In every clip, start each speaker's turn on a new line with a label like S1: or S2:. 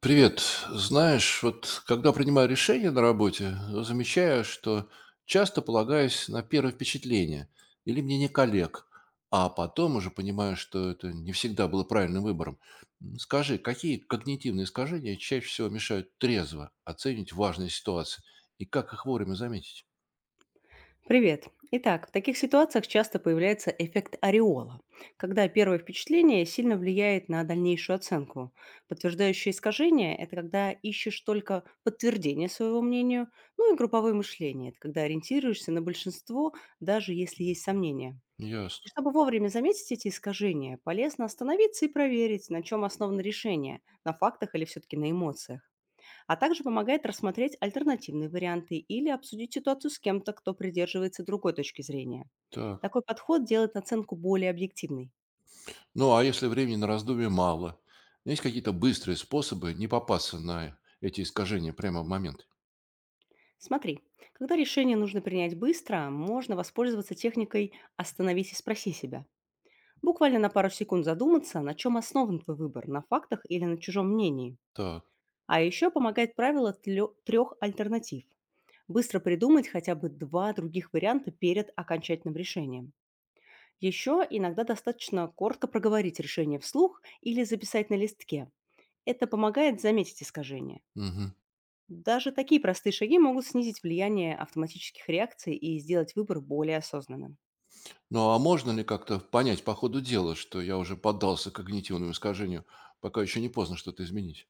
S1: Привет. Знаешь, вот когда принимаю решения на работе, замечаю, что часто полагаюсь на первое впечатление или мнение коллег, а потом уже понимаю, что это не всегда было правильным выбором. Скажи, какие когнитивные искажения чаще всего мешают трезво оценить важные ситуации и как их вовремя заметить?
S2: Привет. Итак, в таких ситуациях часто появляется эффект ореола, когда первое впечатление сильно влияет на дальнейшую оценку. Подтверждающее искажение– это когда ищешь только подтверждение своего мнению, ну и групповое мышление– это когда ориентируешься на большинство, даже если есть сомнения. И
S1: Ясно.
S2: чтобы вовремя заметить эти искажения, полезно остановиться и проверить, на чем основано решение– на фактах или все-таки на эмоциях, а также помогает рассмотреть альтернативные варианты или обсудить ситуацию с кем-то, кто придерживается другой точки зрения.
S1: Так.
S2: Такой подход делает оценку более объективной.
S1: Ну, а если времени на раздумье мало, есть какие-то быстрые способы не попасться на эти искажения прямо в момент?
S2: Смотри, когда решение нужно принять быстро, можно воспользоваться техникой «остановись и спроси себя». Буквально на пару секунд задуматься, на чем основан твой выбор, на фактах или на чужом мнении.
S1: Так.
S2: А еще помогает правило трех альтернатив. Быстро придумать хотя бы два других варианта перед окончательным решением. Еще иногда достаточно коротко проговорить решение вслух или записать на листке. Это помогает заметить искажения.
S1: Мгм.
S2: Даже такие простые шаги могут снизить влияние автоматических реакций и сделать выбор более осознанным.
S1: Ну, а можно ли как-то понять по ходу дела, что я уже поддался когнитивному искажению, пока еще не поздно что-то изменить?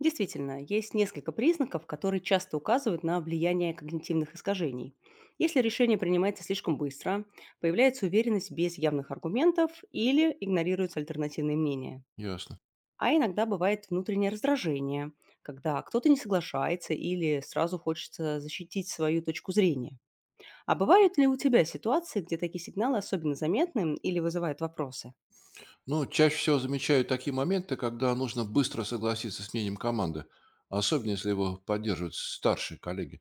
S2: Действительно, есть несколько признаков, которые часто указывают на влияние когнитивных искажений. Если решение принимается слишком быстро, появляется уверенность без явных аргументов или игнорируются альтернативные мнения.
S1: Ясно.
S2: А иногда бывает внутреннее раздражение, когда кто-то не соглашается или сразу хочется защитить свою точку зрения. А бывают ли у тебя ситуации, где такие сигналы особенно заметны или вызывают вопросы?
S1: Ну, чаще всего замечаю такие моменты, когда нужно быстро согласиться с мнением команды, особенно если его поддерживают старшие коллеги.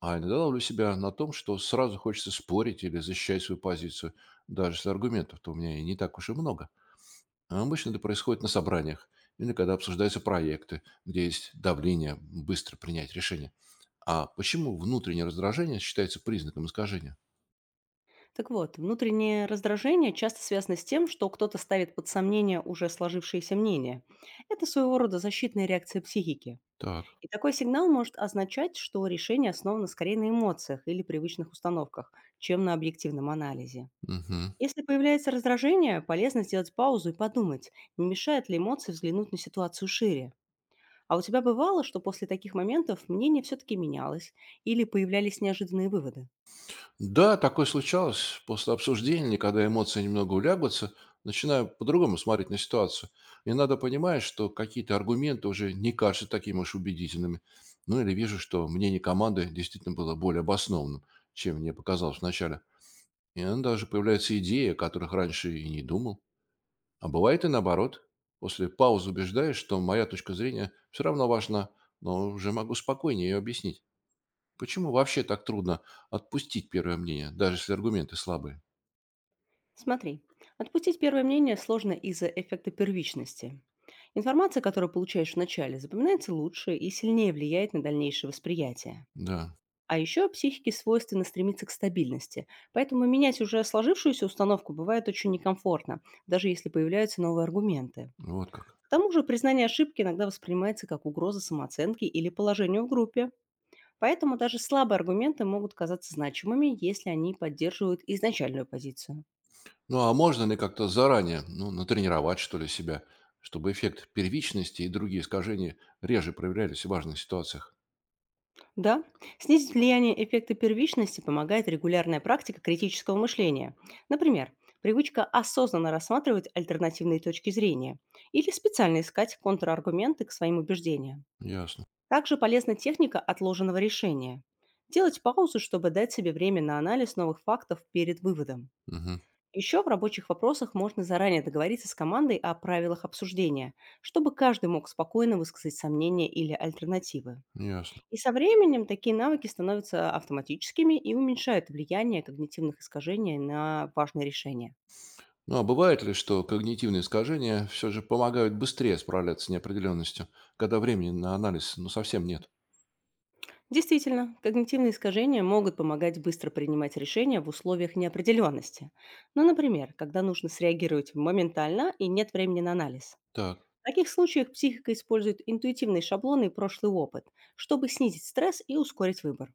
S1: А иногда ловлю себя на том, что сразу хочется спорить или защищать свою позицию, даже если аргументов-то у меня и не так уж и много. А обычно это происходит на собраниях или когда обсуждаются проекты, где есть давление быстро принять решение. А почему внутреннее раздражение считается признаком искажения?
S2: Так вот, внутреннее раздражение часто связано с тем, что кто-то ставит под сомнение уже сложившиеся мнения. Это своего рода защитная реакция психики.
S1: Так.
S2: И такой сигнал может означать, что решение основано скорее на эмоциях или привычных установках, чем на объективном анализе.
S1: Мгм.
S2: Если появляется раздражение, полезно сделать паузу и подумать, не мешает ли эмоции взглянуть на ситуацию шире. А у тебя бывало, что после таких моментов мнение все-таки менялось или появлялись неожиданные выводы?
S1: Да, такое случалось после обсуждения, когда эмоции немного улягутся, начинаю по-другому смотреть на ситуацию. И надо понимать, что какие-то аргументы уже не кажутся такими уж убедительными. Ну или вижу, что мнение команды действительно было более обоснованным, чем мне показалось вначале. И иногда даже появляются идеи, о которых раньше и не думал. А бывает и наоборот. После паузы убеждаешь, что моя точка зрения все равно важна, но уже могу спокойнее ее объяснить. Почему вообще так трудно отпустить первое мнение, даже если аргументы слабые?
S2: Смотри, отпустить первое мнение сложно из-за эффекта первичности. Информация, которую получаешь в начале, запоминается лучше и сильнее влияет на дальнейшее восприятие.
S1: Да,
S2: А еще психике свойственно стремиться к стабильности, поэтому менять уже сложившуюся установку бывает очень некомфортно, даже если появляются новые аргументы.
S1: вот как.
S2: К тому же признание ошибки иногда воспринимается как угроза самооценки или положению в группе, поэтому даже слабые аргументы могут казаться значимыми, если они поддерживают изначальную позицию.
S1: Ну а можно ли как-то заранее, ну, натренировать, что ли, себя, чтобы эффект первичности и другие искажения реже проявлялись в важных ситуациях?
S2: Да, снизить влияние эффекта первичности помогает регулярная практика критического мышления. Например, привычка осознанно рассматривать альтернативные точки зрения или специально искать контраргументы к своим убеждениям.
S1: Ясно.
S2: Также полезна техника отложенного решения. Делать паузу, чтобы дать себе время на анализ новых фактов перед выводом.
S1: Мгм.
S2: Еще в рабочих вопросах можно заранее договориться с командой о правилах обсуждения, чтобы каждый мог спокойно высказать сомнения или альтернативы.
S1: Ясно.
S2: И со временем такие навыки становятся автоматическими и уменьшают влияние когнитивных искажений на важные решения.
S1: Ну а бывает ли, что когнитивные искажения все же помогают быстрее справляться с неопределенностью, когда времени на анализ ну, совсем нет?
S2: Действительно, когнитивные искажения могут помогать быстро принимать решения в условиях неопределенности. Ну, например, когда нужно среагировать моментально и нет времени на анализ.
S1: Так,
S2: В таких случаях психика использует интуитивные шаблоны и прошлый опыт, чтобы снизить стресс и ускорить выбор.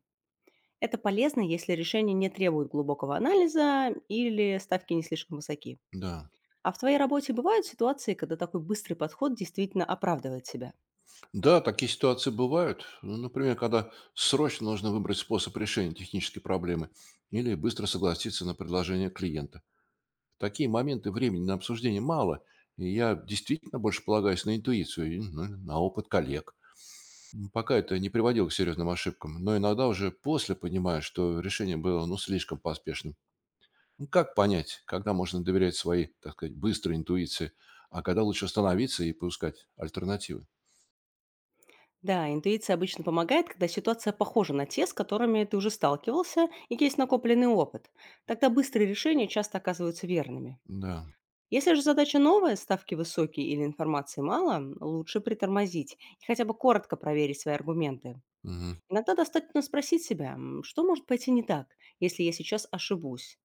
S2: Это полезно, если решение не требует глубокого анализа или ставки не слишком высоки.
S1: да.
S2: А в твоей работе бывают ситуации, когда такой быстрый подход действительно оправдывает себя?
S1: Да, такие ситуации бывают. Ну, например, когда срочно нужно выбрать способ решения технической проблемы или быстро согласиться на предложение клиента. В такие моменты времени на обсуждение мало, и я действительно больше полагаюсь на интуицию и ну, на опыт коллег. Пока это не приводило к серьезным ошибкам, но иногда уже после понимаю, что решение было ну, слишком поспешным. Ну, как понять, когда можно доверять своей, так сказать, быстрой интуиции, а когда лучше остановиться и поискать альтернативы?
S2: Да, интуиция обычно помогает, когда ситуация похожа на те, с которыми ты уже сталкивался и есть накопленный опыт. Тогда быстрые решения часто оказываются верными.
S1: Да.
S2: Если же задача новая, ставки высокие или информации мало, лучше притормозить и хотя бы коротко проверить свои аргументы.
S1: Мгм.
S2: Иногда достаточно спросить себя, что может пойти не так, если я сейчас ошибусь.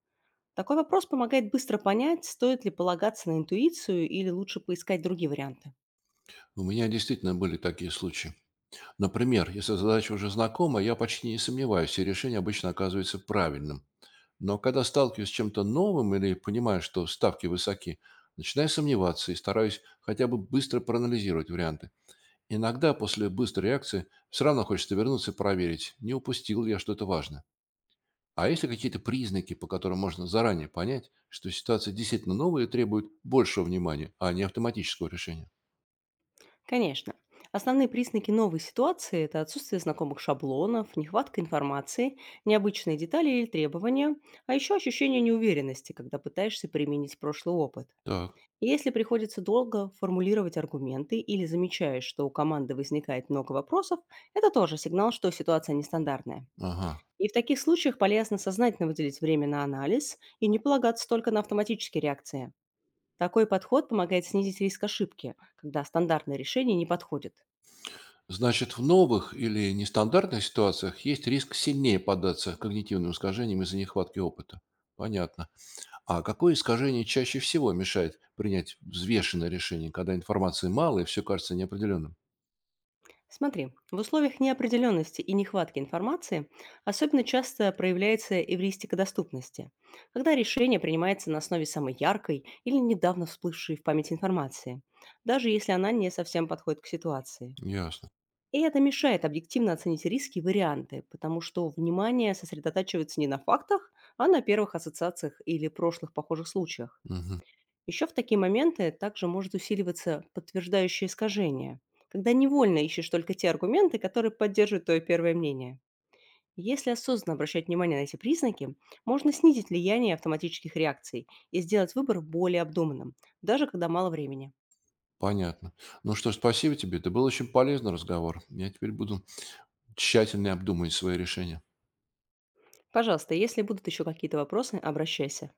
S2: Такой вопрос помогает быстро понять, стоит ли полагаться на интуицию или лучше поискать другие варианты.
S1: У меня действительно были такие случаи. Например, если задача уже знакома, я почти не сомневаюсь, и решение обычно оказывается правильным. Но когда сталкиваюсь с чем-то новым или понимаю, что ставки высоки, начинаю сомневаться и стараюсь хотя бы быстро проанализировать варианты. Иногда после быстрой реакции все равно хочется вернуться и проверить, не упустил ли я что-то важное. А есть ли какие-то признаки, по которым можно заранее понять, что ситуация действительно новая и требует большего внимания, а не автоматического решения?
S2: Конечно. Основные признаки новой ситуации– это отсутствие знакомых шаблонов, нехватка информации, необычные детали или требования, а еще ощущение неуверенности, когда пытаешься применить прошлый опыт.
S1: Так,
S2: И если приходится долго формулировать аргументы или замечаешь, что у команды возникает много вопросов, это тоже сигнал, что ситуация нестандартная.
S1: ага.
S2: И в таких случаях полезно сознательно выделить время на анализ и не полагаться только на автоматические реакции. Такой подход помогает снизить риск ошибки, когда стандартное решение не подходит.
S1: Значит, в новых или нестандартных ситуациях есть риск сильнее поддаться когнитивным искажениям из-за нехватки опыта. Понятно. А какое искажение чаще всего мешает принять взвешенное решение, когда информации мало и все кажется неопределенным?
S2: Смотри, в условиях неопределенности и нехватки информации особенно часто проявляется эвристика доступности, когда решение принимается на основе самой яркой или недавно всплывшей в памяти информации, даже если она не совсем подходит к ситуации.
S1: Ясно.
S2: И это мешает объективно оценить риски и варианты, потому что внимание сосредотачивается не на фактах, а на первых ассоциациях или прошлых похожих случаях.
S1: Мгм.
S2: Еще в такие моменты также может усиливаться подтверждающее искажение, когда невольно ищешь только те аргументы, которые поддерживают твое первое мнение. Если осознанно обращать внимание на эти признаки, можно снизить влияние автоматических реакций и сделать выбор более обдуманным, даже когда мало времени.
S1: Понятно. Ну что ж, спасибо тебе. Это был очень полезный разговор. Я теперь буду тщательно обдумывать свои решения.
S2: Пожалуйста, если будут еще какие-то вопросы, обращайся.